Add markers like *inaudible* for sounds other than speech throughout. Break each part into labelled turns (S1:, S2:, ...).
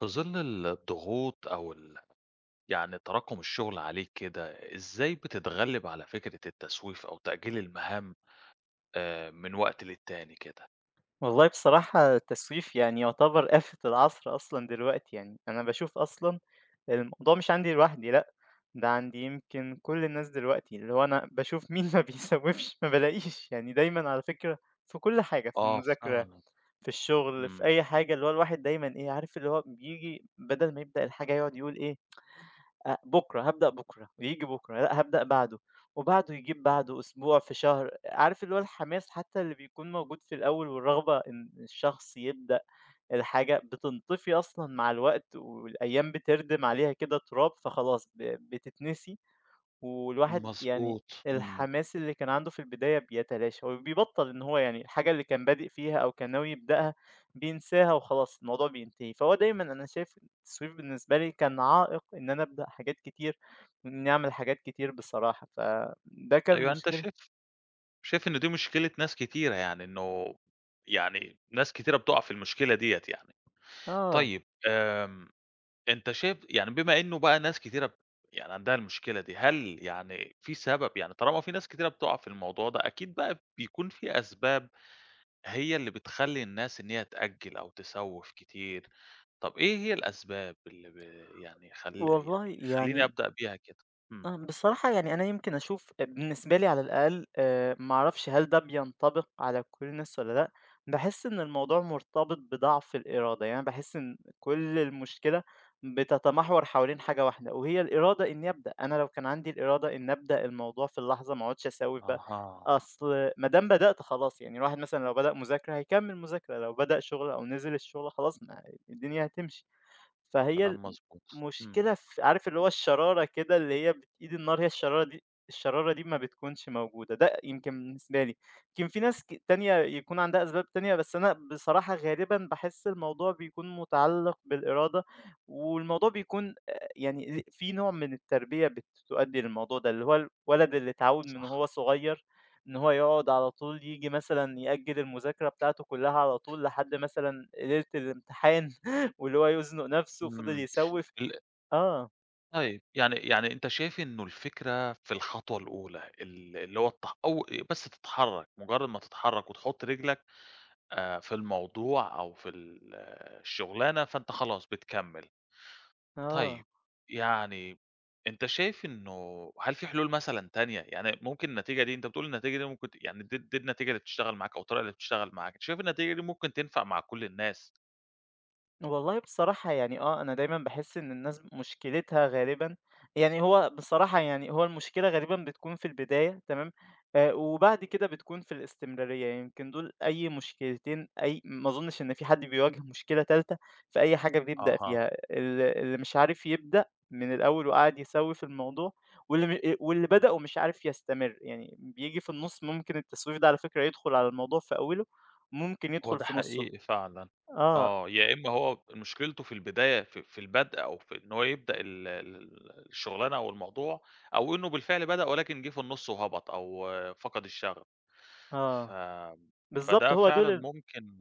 S1: في ظل الضغوط أو يعني تراكم الشغل عليك كده، إزاي بتتغلب على فكرة التسويف أو تأجيل المهام من وقت للتاني كده؟
S2: والله بصراحة التسويف يعتبر *laughs* آفة العصر أصلًا دلوقتي، يعني أنا باشوف أصلًا الموضوع مش عندي لوحدي لأ، ده عند يمكن كل الناس دلوقتي، اللي هو أنا باشوف مين ما *laughs* بيسوّفش ما بالاقيش، يعني دايمًا على فكرة في كل حاجة، في
S1: آه
S2: المذاكرة،
S1: فعلًا.
S2: في الشغل، في
S1: إمم.
S2: أي حاجة، اللي هو الواحد دايمًا إيه، عارف اللي هو بييجي بدل ما يبدأ الحاجة يقعد يقول إيه بُكرة، هابدأ بُكرة، وييجي بُكرة، لأ هابدأ بعده، وبعده يجيب بعده، أسبوع، في شهر. عارف اللي هو الحماس حتى اللي بيكون موجود في الأول والرغبة إن الشخص يبدأ الحاجة بتنطفي أصلًا مع الوقت والأيام بتردم عليها كده تراب، فخلاص بتتنسي. والواحد يعني
S1: مضبوط. إمم.
S2: الحماس اللي كان عنده في البداية بيتلاشى، وبيبطّل إن هو يعني الحاجة اللي كان بادئ فيها أو كان ناوي يبدأها بينساها وخلاص الموضوع بينتهي، فهو دايمًا أنا شايف التسويف بالنسبة لي كان عائق إن أنا أبدأ حاجات كتير، وإني أعمل حاجات كتير بصراحة، فده كان
S1: أيوه، أنت
S2: مشكلة.
S1: شايف إن دي مشكلة ناس كتيرة، يعني إنه يعني ناس كتيرة بتقع في المشكلة ديّة يعني.
S2: آه،
S1: طيب، أنت شايف، يعني بما إنه بقى ناس كتيرة يعني عندها المشكلة دي، هل يعني في سبب؟ يعني طالما في ناس كتيرة بتقع في الموضوع ده، أكيد بقى بيكون في أسباب هي اللي بتخلّي الناس إن هي تأجّل أو تسوّف كتير. طب إيه هي الأسباب اللي يعني
S2: والله
S1: يعني خلّيني
S2: يعني
S1: أبدأ بيها كده؟ إمم.
S2: بصراحة يعني أنا يمكن أشوف بالنسبة لي على الأقل آه، معرفش هل ده بينطبق على كل الناس ولا لأ. بحس إن الموضوع مرتبط بضعف الإرادة، يعني بحس إن كل المشكلة بتتمحور حوالين حاجة واحدة وهي الإرادة إني أبدأ. أنا لو كان عندي الإرادة إن أبدأ الموضوع في اللحظة ما أقعدش أسوف بقى.
S1: أها.
S2: أصل ما دام بدأت خلاص يعني الواحد مثلا لو بدأ مذاكرة هيكمل مذاكرة، لو بدأ شغل أو نزل الشغل خلاص، ما الدنيا هتمشي. فهي ال
S1: كلام مضبوط. إمم.
S2: مشكلة في عارف اللي هو الشرارة كده اللي هي بت إيد النار، هي الشرارة دي، الشرارة دي ما بتكونش موجودة، ده يمكن بالنسبة لي. يمكن في ناس تانية يكون عندها أسباب تانية، بس أنا بصراحة غالبًا باحس الموضوع بيكون متعلق بالإرادة، والموضوع بيكون يعني في نوع من التربية بتؤدي للموضوع ده، اللي هو الولد اللي اتعوّد من
S1: صح.
S2: وهو صغير إن هو يقعد على طول ييجي مثلًا يأجّل المذاكرة بتاعته كلها على طول لحد مثلًا ليلة الامتحان، واللي هو يزنق نفسه وفضل
S1: إمم.
S2: يسوّف.
S1: ال
S2: آه،
S1: طيب، يعني أنت شايف إنه الفكرة في الخطوة الأولى، اللي هو أو بس تتحرّك، مجرّد ما تتحرّك وتحُط رجلك في الموضوع أو في ال آه، الشغلانة، فأنت خلاص بتكمّل. طيب،
S2: آه،
S1: يعني أنت شايف إنه هل في حلول مثلًا تانية؟ يعني ممكن النتيجة دي، أنت بتقول النتيجة دي ممكن يعني دي النتيجة اللي بتشتغل معاك أو الطريقة اللي بتشتغل معاك، شايف النتيجة دي ممكن تنفع مع كل الناس؟
S2: والله بصراحة يعني آه، أنا دايمًا باحس إن الناس مشكلتها غالبًا يعني. هو بصراحة يعني هو المشكلة غالبًا بتكون في البداية تمام، وبعد كده بتكون في الاستمرارية، يعني يمكن دول أي مشكلتين. أي ما أظنش إن في حد بيواجه مشكلة تالتة في أي حاجة بيبدأ
S1: أها.
S2: فيها، اللي مش عارف يبدأ من الأول وقاعد يسوّي في الموضوع، واللي
S1: آه.
S2: بدأ ومش عارف يستمر، يعني بييجي في النُص. ممكن التسويف ده على فكرة يدخل على الموضوع في أوله، ممكن
S1: هو
S2: يدخل
S1: ده
S2: في نُصّه.
S1: حقيقي فعلًا.
S2: آه،
S1: آه، يا إمّا هو مشكلته في البداية، في البدء أو في إن هو يبدأ ال الشغلانة أو الموضوع، أو إنه بالفعل بدأ ولكن جِه في النُص وهبط أو فقد الشغف. ف
S2: آه، بالضبط،
S1: فده
S2: هو دول
S1: فعلًا
S2: ال.
S1: ممكن،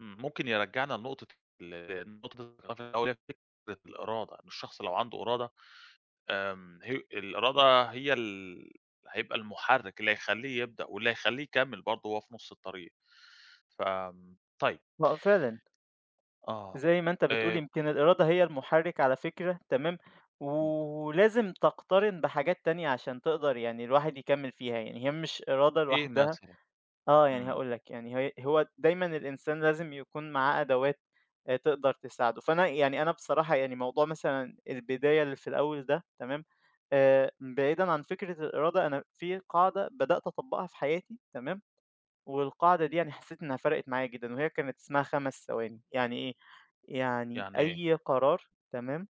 S1: إمم، ممكن يرجّعنا لنقطة، نقطة الخلاف الاوليه، فكرة الإرادة، إن الشخص لو عنده إرادة، آمم، هي الإرادة، هي هيبقى المُحرِّك اللي هيخلّيه يبدأ واللي هيخلّيه يكمّل برضه وهو في نُص الطريق. طيب.
S2: آه فعلًا،
S1: آه.
S2: زي ما أنت بتقول
S1: آآ،
S2: يمكن الإرادة هي المحرِّك على فكرة تمام، ولازم تقترن بحاجات تانية عشان تقدر يعني الواحد يكمّل فيها، يعني هي مش إرادة
S1: إيه
S2: لوحدها.
S1: مثلًا؟
S2: آه، يعني
S1: إمم.
S2: هاقول لك، يعني هي هو دايمًا الإنسان لازم يكون معاه أدوات تقدر تساعده. فأنا يعني أنا بصراحة يعني موضوع مثلًا البداية اللي في الأول ده تمام، بعيدًا عن فكرة الإرادة، أنا في قاعدة بدأت أطبّقها في حياتي تمام. والقاعدة دي يعني حسيت إنها فرقت معايا جدًا، وهي كانت اسمها 5 ثواني. يعني إيه، يعني
S1: يعني إيه؟
S2: أي قرار تمام،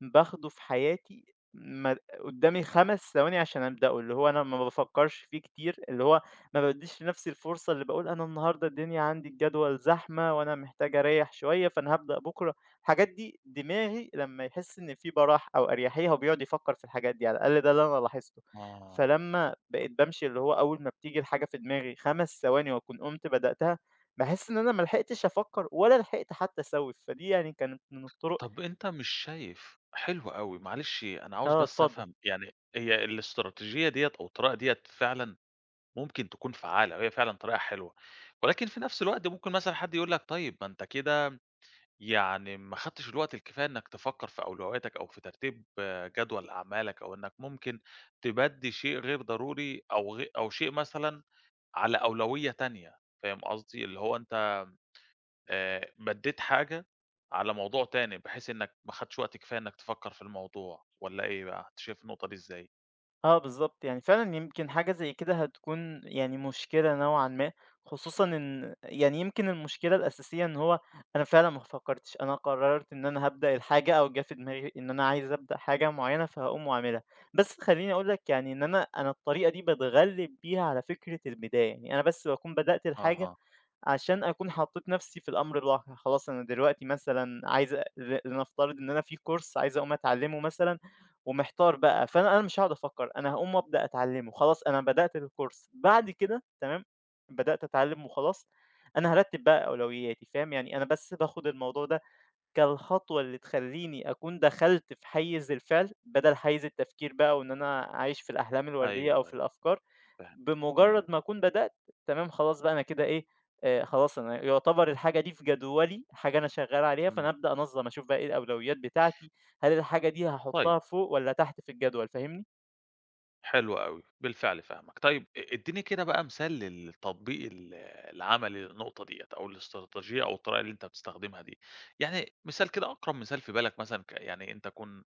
S2: باخده في حياتي ما قدامي 5 ثواني عشان أبدأه، اللي هو أنا ما بافكّرش فيه كتير، اللي هو ما بادّيش لنفسي الفرصة اللي باقول أنا النهارده الدنيا عندي الجدول زحمة وأنا محتاج أريّح شوية، فأنا هابدأ بُكرة. الحاجات دي دماغي لمّا يحس إن في براح أو أريحية هو بيقعد يفكّر في الحاجات دي، على الأقل ده اللي أنا لاحظته.
S1: آه.
S2: فلمّا
S1: ط
S2: بقيت بامشي اللي هو أول ما بتيجي الحاجة في دماغي 5 ثواني وأكون قُمت بدأتها، باحس إن أنا ما لحقتش أفكّر ولا لحقت حتى أسوّف، فدي يعني كانت من الطرق.
S1: طب أنت مش شايف، حلو أوي، معلش أنا عاوز
S2: آه،
S1: بس
S2: اتفضل.
S1: أفهم، يعني هي الاستراتيجية ديّة أو الطريقة ديّة فعلًا ممكن تكون فعّالة، وهي فعلًا طريقة حلوة، ولكن في نفس الوقت ممكن مثلًا حد يقول لك طيب ما أنت كده يعني ما خدتش الوقت الكفاية إنك تفكّر في أولوياتك أو في ترتيب جدول أعمالك، أو إنك ممكن تبدّي شيء غير ضروري أو أو شيء مثلًا على أولوية تانية، فاهم قصدي؟ اللي هو أنت مدّيت حاجة على موضوع تاني، بحيث إنك ما خدتش وقت كفاية إنك تفكّر في الموضوع والّا إيه بقى؟ أنت شايف النقطة دي إزاي؟
S2: آه بالضبط، يعني فعلًا يمكن حاجة زي كده هتكون يعني مشكلة نوعًا ما، خصوصًا إن يعني يمكن المشكلة الأساسية إن هو أنا فعلًا ما فكّرتش، أنا قررت إن أنا هابدأ الحاجة أو جه في دماغي إن أنا عايز أبدأ حاجة معيّنة فهاقوم وأعملها. بس خلّيني أقول لك يعني إن أنا الطريقة دي باتغلِّب بيها على فكرة البداية، يعني أنا بس باكون بدأت الحاجة
S1: أها.
S2: عشان أكون حطيت نفسي في الأمر الواقع. خلاص أنا دلوقتي مثلًا عايز أ ل لنفترض إن أنا في كورس عايز أقوم أتعلمه مثلًا ومحتار بقى، فأنا مش هاقعد أفكر، أنا هاقوم أبدأ أتعلمه، خلاص أنا بدأت الكورس، بعد كده تمام، بدأت أتعلم وخلاص، أنا هارتب بقى أولوياتي، فاهم؟ يعني أنا بس باخد الموضوع ده كالخطوة اللي تخلّيني أكون دخلت في حيّز الفعل بدل حيّز التفكير بقى، وإن أنا عايش في الأحلام الوردية أو
S1: أيوه،
S2: في
S1: أيوه،
S2: الأفكار.
S1: فهمتك.
S2: بمجرد
S1: إمم.
S2: ما أكون بدأت تمام، خلاص بقى أنا كده إيه، خلاص أنا يعتبر الحاجة دي في جدولي، حاجة أنا شغّال عليها،
S1: إمم.
S2: فأنا أبدأ أنظّم أشوف بقى إيه الأولويات بتاعتي، هل الحاجة دي
S1: طيب،
S2: هاحطّها فوق والّا تحت في الجدول، فاهمني؟
S1: حلو أوي، بالفعل فاهمك. طيب، ادّيني كده بقى مثال للتطبيق العملي للنقطة ديّة أو الاستراتيجية أو الطريقة اللي أنت بتستخدمها دي، يعني مثال كده، أقرب مثال في بالك، مثلًا يعني أنت تكون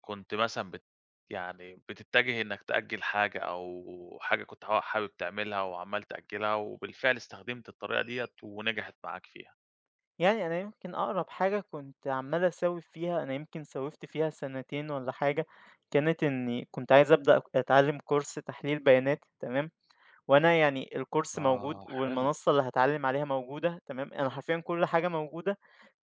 S1: كنت مثلًا يعني بتتجه إنك تأجّل حاجة، أو حاجة كنت حابب تعملها وعمّال تأجّلها، وبالفعل استخدمت الطريقة ديّة ونجحت معاك فيها.
S2: يعني أنا يمكن أقرب حاجة كنت عمّال أسوّف فيها، أنا يمكن سوّفت فيها سنتين والّا حاجة، كانت إني كنت عايز أبدأ أتعلّم كورس تحليل بيانات تمام، وأنا يعني الكورس موجود
S1: آه، حلو.
S2: والمنصّة اللي هاتعلّم عليها موجودة تمام، أنا حرفيًا كل حاجة موجودة.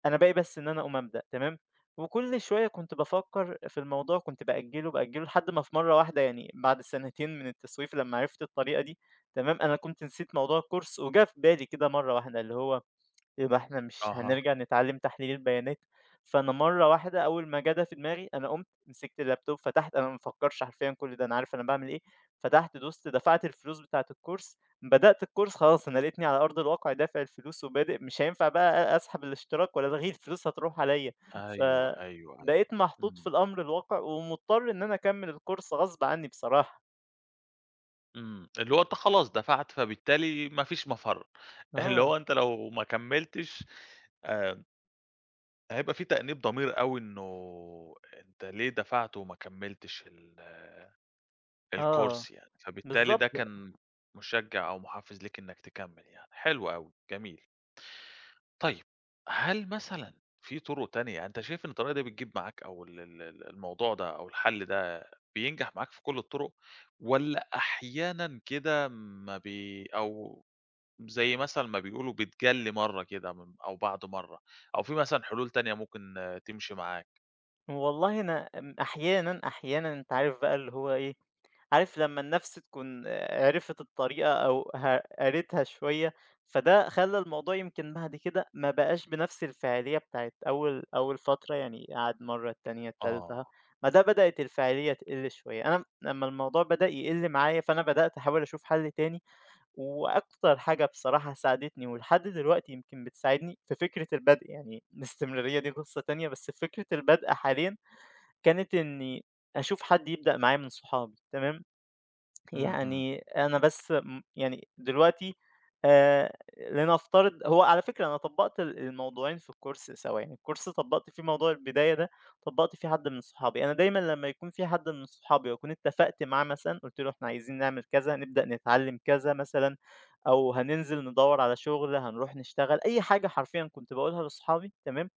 S2: أنا باقي بس إن أنا أقوم أبدأ، تمام، وكل شوية كنت بافكر في الموضوع، كنت بأجله، بأجله لحد ما في مرة واحدة يعني بعد سنتين من التسويف لمّا عرفت الطريقة دي، تمام، أنا كنت نسيت موضوع الcourse وجه في بالي كده مرة واحدة اللي هو يبقى إحنا مش
S1: أها.
S2: هنرجع نتعلم تحليل البيانات. فأنا مرّة واحدة أول ما جه ده في دماغي، أنا قُمت مسكت اللابتوب فتحت، أنا ما بافكّرش حرفيًا كل ده، أنا عارف أنا باعمل إيه، فتحت دوست دفعت الفلوس بتاعة الكورس، بدأت الكورس خلاص أنا لقيتني على أرض الواقع دافع الفلوس وبادئ، مش هينفع بقى أسحب الاشتراك ولا ألغيه، الفلوس هتروح عليَّ،
S1: أيوه، أيوه، أيوه.
S2: فبقيت محطوط
S1: إمم،
S2: في الأمر الواقع ومضطر إن أنا أكمّل الكورس غصب عنّي بصراحة.
S1: إمم. اللي هو أنت خلاص دفعت، فبالتالي ما فيش مَفَر. *laughs* اللي
S2: آه،
S1: هو أنت لو ما كمّلتش، آآ، هيبقى في تأنيب ضمير أوي، إنه أنت ليه دفعت وما كمّلتش ال
S2: آه،
S1: الcourse يعني، فبالتالي
S2: بالضبط،
S1: ده كان مشجّع أو محفّز ليكِ إنِّك تكمّل يعني، حلو أوي، جميل. طيب، هل مثلًا في طُرق تانية؟ يعني أنت شايف إن الطريقة دي بتجيب معاك أو ال الموضوع ده أو الحل ده بينجح معاك في كل الطُرق، والّا أحيانًا كده ما بي أو زي مثلًا ما بيقولوا بتجلّي مرّة كده، أو بعد مرّة، أو في مثلًا حلول تانية ممكن تمشي معاك؟
S2: والله أنا أحيانًا، أحيانًا أنت عارف بقى اللي هو إيه، عارف لمّا النَفْس تكون عرفت الطريقة أو قريتها شوية، فده خلّى الموضوع يمكن بعد كده ما بقاش بنَفْس الفاعلية بتاعة أول فترة، يعني قعد مرّة، التانية، التالتة،
S1: آه.
S2: ما ده بدأت الفاعلية تقِل شوية. أنا لمّا الموضوع بدأ يقِل معايا، فأنا بدأت أحاول أشوف حَل تاني، وأكتر حاجة بصراحة ساعدتني ولحد دلوقتي يمكن بتساعدني في فكرة البدء، يعني الاستمرارية دي قِصّة تانية، بس فكرة البدء حاليًا كانت إنّي أشوف حد يبدأ معايا من صحابي، تمام؟
S1: اهم.
S2: يعني أنا بس يعني دلوقتي آآ لنفترض هو على فكرة أنا طبّقت الموضوعين في الcourse سوا، يعني الcourse طبّقت فيه موضوع البداية ده، طبّقت فيه حد من صحابي. أنا دايمًا لمّا يكون في حد من صحابي وأكون اتفقت معاه مثلًا، قُلت له إحنا عايزين نعمل كذا، هنبدأ نتعلّم كذا مثلًا، أو هننزل ندوّر على شغل، هنروح نشتغل، أي حاجة حرفيًا كنت باقولها لصحابي تمام،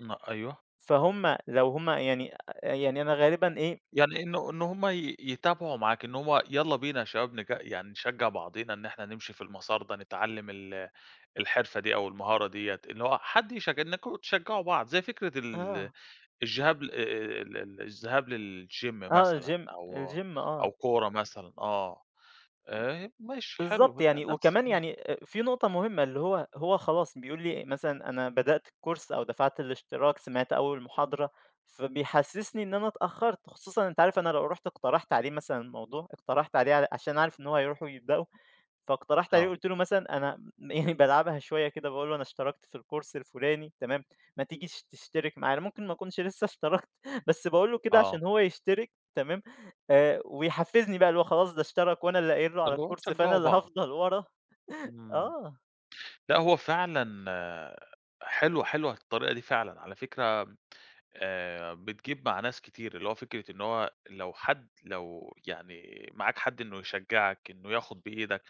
S1: أيوه.
S2: فهُم لو هُم يعني يعني أنا غالبًا إيه.
S1: يعني إنه إن هم يتابعوا معاك، إن هم يالّا بينا يا شباب، يعني نشجّع بعضينا إن إحنا نمشي في المسار ده، نتعلّم ال الحرفة دي أو المهارة ديّة، اللي هو حد إنّكم تشجّعوا بعض، زي فكرة ال
S2: آه،
S1: الجهاب ال ال الذهاب للgym
S2: آه
S1: مثلًا
S2: الgym،
S1: أو
S2: آه.
S1: أو كورة مثلًا، ماشي،
S2: بالضبط
S1: حلو، ده
S2: يعني،
S1: نفس
S2: وكمان
S1: المنطق.
S2: يعني في نقطة مهمة، اللي هو هو خلاص بيقول لي مثلًا أنا بدأت الcourse أو دفعت الاشتراك، سمعت أول محاضرة، فبيحسسني إن أنا اتأخرت، خصوصًا أنت عارف أنا لو رُحت اقترحت عليه مثلًا الموضوع، اقترحت عليه عشان عارف إن هو هيروح ويبدأه، فاقترحت عليه
S1: آه.
S2: قُلت له مثلًا أنا *laughs* يعني بالعبها شوية كده باقول له: "أنا اشتركت في الcourse الفلاني تمام، ما تيجي تشترك معانا." ممكن ما أكونش لسه اشتركت *laughs* بس باقول له كده
S1: آه.
S2: عشان هو يشترك تمام، ويحفزني بقى اللي هو خلاص ده اشترك وأنا اللي قايل له على
S1: اللي هو
S2: الcourse، فأنا
S1: تشجّعوا
S2: اللي
S1: بعض.
S2: هافضل ورا.
S1: إمم.
S2: آه،
S1: لأ، هو فعلًا، حلوة، حلوة الطريقة دي فعلًا على فكرة، بتجيب مع ناس كتير، اللي هو فكرة إن هو لو حد، لو يعني معاك حد إنه يشجّعك، إنه ياخد بإيدك،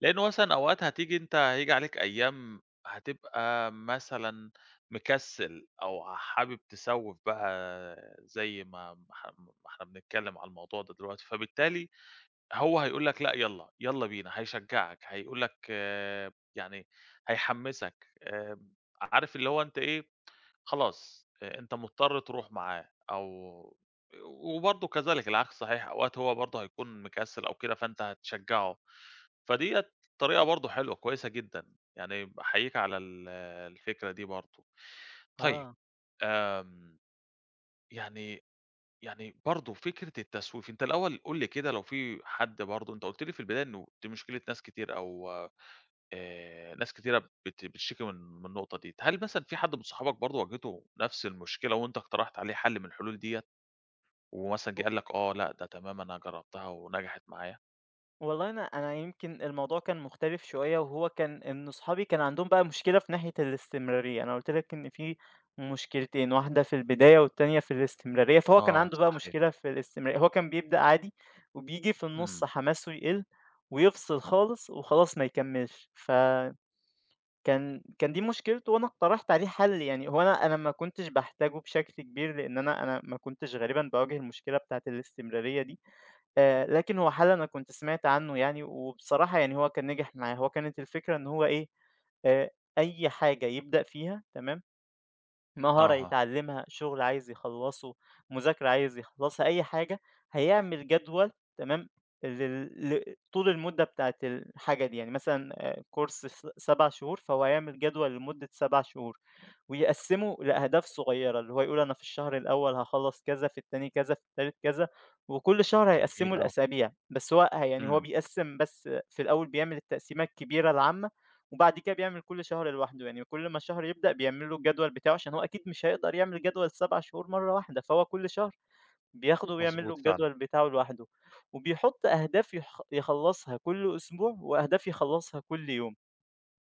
S1: لإنه مثلًا أوقات هتيجي، أنت هييجي عليك أيام هتبقى مثلًا مكسّل أو حابب تسوّف بقى، زي ما إحنا بنتكلّم على الموضوع ده دلوقتي، فبالتالي هو هيقول لك لأ يالّا، يالّا بينا، هيشجّعك، هيقول لك آه، يعني هيحمّسك، عارف، اللي هو أنت إيه، خلاص، أنت مضطر تروح معاه أو، وبرضه كذلك العكس صحيح، أوقات هو برضه هيكون مكسل أو كده فأنت هتشجّعه، فديّة طريقة برضه حلوة كويسة جدًا، يعني باحييك على الفكرة دي برضه. طيب،
S2: آه.
S1: آمم، يعني يعني برضه فكرة التسويف، أنت الأول قُل لي كده لو في حد، برضه أنت قُلت لي في البداية إنه دي مشكلة ناس كتير أو ناس كتيرة بتشتكي من النقطة ديّة، هل مثلًا في حد من صحابك برضه واجهته نفس المشكلة وأنت اقترحت عليه حل من الحلول ديّة، ومثلًا جه قال لك آه لأ ده تمام أنا جربتها ونجحت معايا؟
S2: والله أنا يمكن الموضوع كان مختلف شوية وهو كان إن صحابي كان عندهم بقى مشكلة في ناحية الاستمرارية، أنا قُلت لك إن في مشكلتين، واحدة في البداية والتانية في الاستمرارية، فهو كان
S1: آه،
S2: عنده بقى
S1: صحيح.
S2: مشكلة في الاستمرارية، هو كان بيبدأ عادي وبييجي في
S1: إمم.
S2: النُص حماسه يقِل ويفصل خالص وخلاص ما يكمّلش، كان دي مشكلته وأنا اقترحت عليه حَل، يعني هو أنا ما كنتش باحتاجه بشكل كبير لإن أنا ما كنتش غالبًا باواجه المشكلة بتاعة الاستمرارية دي. لكن هو حَل أنا كنت سمعت عنّه يعني، وبصراحة يعني هو كان نجح معايا، هو كانت الفكرة إن هو إيه، آآ أي حاجة يبدأ فيها تمام، مهارة
S1: أها.
S2: يتعلّمها، شُغل عايز يخلّصه، مذاكرة عايز يخلّصها، أي حاجة، هيعمل جدول تمام، لل ل طول المدة بتاعة الحاجة دي، يعني مثلًا كورس 7 شهور، فهو هيعمل جدول لمدة 7 شهور. ويقسّموا لأهداف صغيّرة، اللي هو يقول أنا في الشهر الأول هاخلّص كذا، في التاني كذا، في التالت كذا، وكل شهر
S1: جميل
S2: هيقسّمه
S1: أوي.
S2: لأسابيع، بس هو يعني هو
S1: إمم.
S2: بيقسّم بس في الأول بيعمل التقسيمة الكبيرة العامة، وبعد كده بيعمل كل شهر لوحده، يعني كل ما الشهر يبدأ بيعمل له الجدول بتاعه، عشان هو أكيد مش هيقدر يعمل جدول ال7 شهور مرّة واحدة، فهو كل شهر بياخده ويعمل له
S1: مضبوط فعلًا.
S2: الجدول بتاعه لوحده، وبيحط أهداف يخلّصها كل أسبوع، وأهداف يخلّصها كل يوم،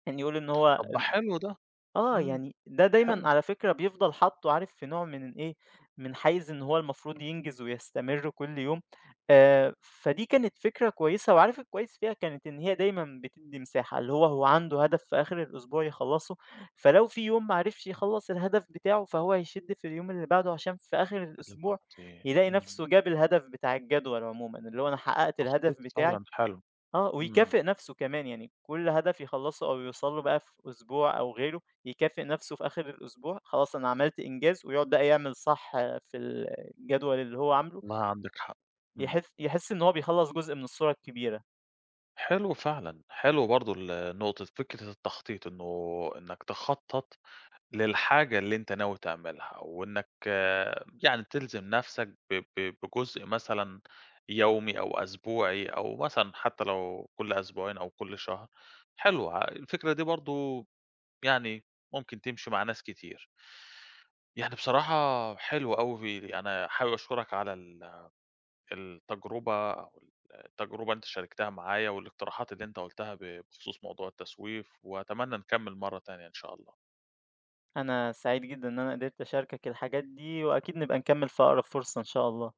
S2: يعني يقول إن هو
S1: طب ما حلو ده.
S2: آه،
S1: إمم.
S2: يعني ده دايمًا
S1: حلو.
S2: على فكرة بيفضل حاطّه، عارف في نوع من إيه، من حيز إن هو المفروض ينجز ويستمر كل يوم. فدي كانت فكرة كويسة، وعارف الكويس فيها كانت إن هي دايمًا بتدّي مساحة، اللي هو هو عنده هدف في آخر الأسبوع يخلّصه، فلو في يوم ما عرفش يخلّص الهدف بتاعه فهو هيشِد في اليوم اللي بعده عشان في آخر
S1: اللي
S2: الأسبوع
S1: بعديه.
S2: يلاقي
S1: إمم.
S2: نفسه جاب الهدف بتاع الجدول عمومًا، اللي هو أنا حققت الهدف
S1: تخطيط
S2: بتاعي.
S1: فعلًا حلو.
S2: آه،
S1: إمم.
S2: ويكافئ نَفْسه كمان، يعني كل هدف يخلّصه أو يوصل له بقى في أسبوع أو غيره، يكافئ نَفْسه في آخر الأسبوع، خلاص أنا عملت إنجاز، ويقعد بقى يعمل صح في الجدول اللي هو عامله،
S1: والله عندك حق. إمم.
S2: يحس إن هو بيخلّص جزء من الصورة الكبيرة.
S1: حلو فعلًا. حلو برضه نقطة فكرة التخطيط، إنه إنك تخطط للحاجة اللي أنت ناوي تعملها، وإنك يعني تلزم نفْسك ب ب بجزء مثلًا يومي أو أسبوعي، أو مثلًا حتى لو كل أسبوعين أو كل شهر، حلو ع الفكرة دي برضه، يعني ممكن تمشي مع ناس كتير. يعني بصراحة حلو أوي، أنا حابب أشكرك على التجربة أو التجربة اللي أنت شاركتها معايا، والاقتراحات اللي أنت قُلتها بخصوص موضوع التسويف، وأتمنى نكمّل مرّة تانية إن شاء الله.
S2: أنا سعيد جدًا إن أنا قدرت أشاركك الحاجات دي، وأكيد نبقى نكمّل في أقرب فرصة إن شاء الله.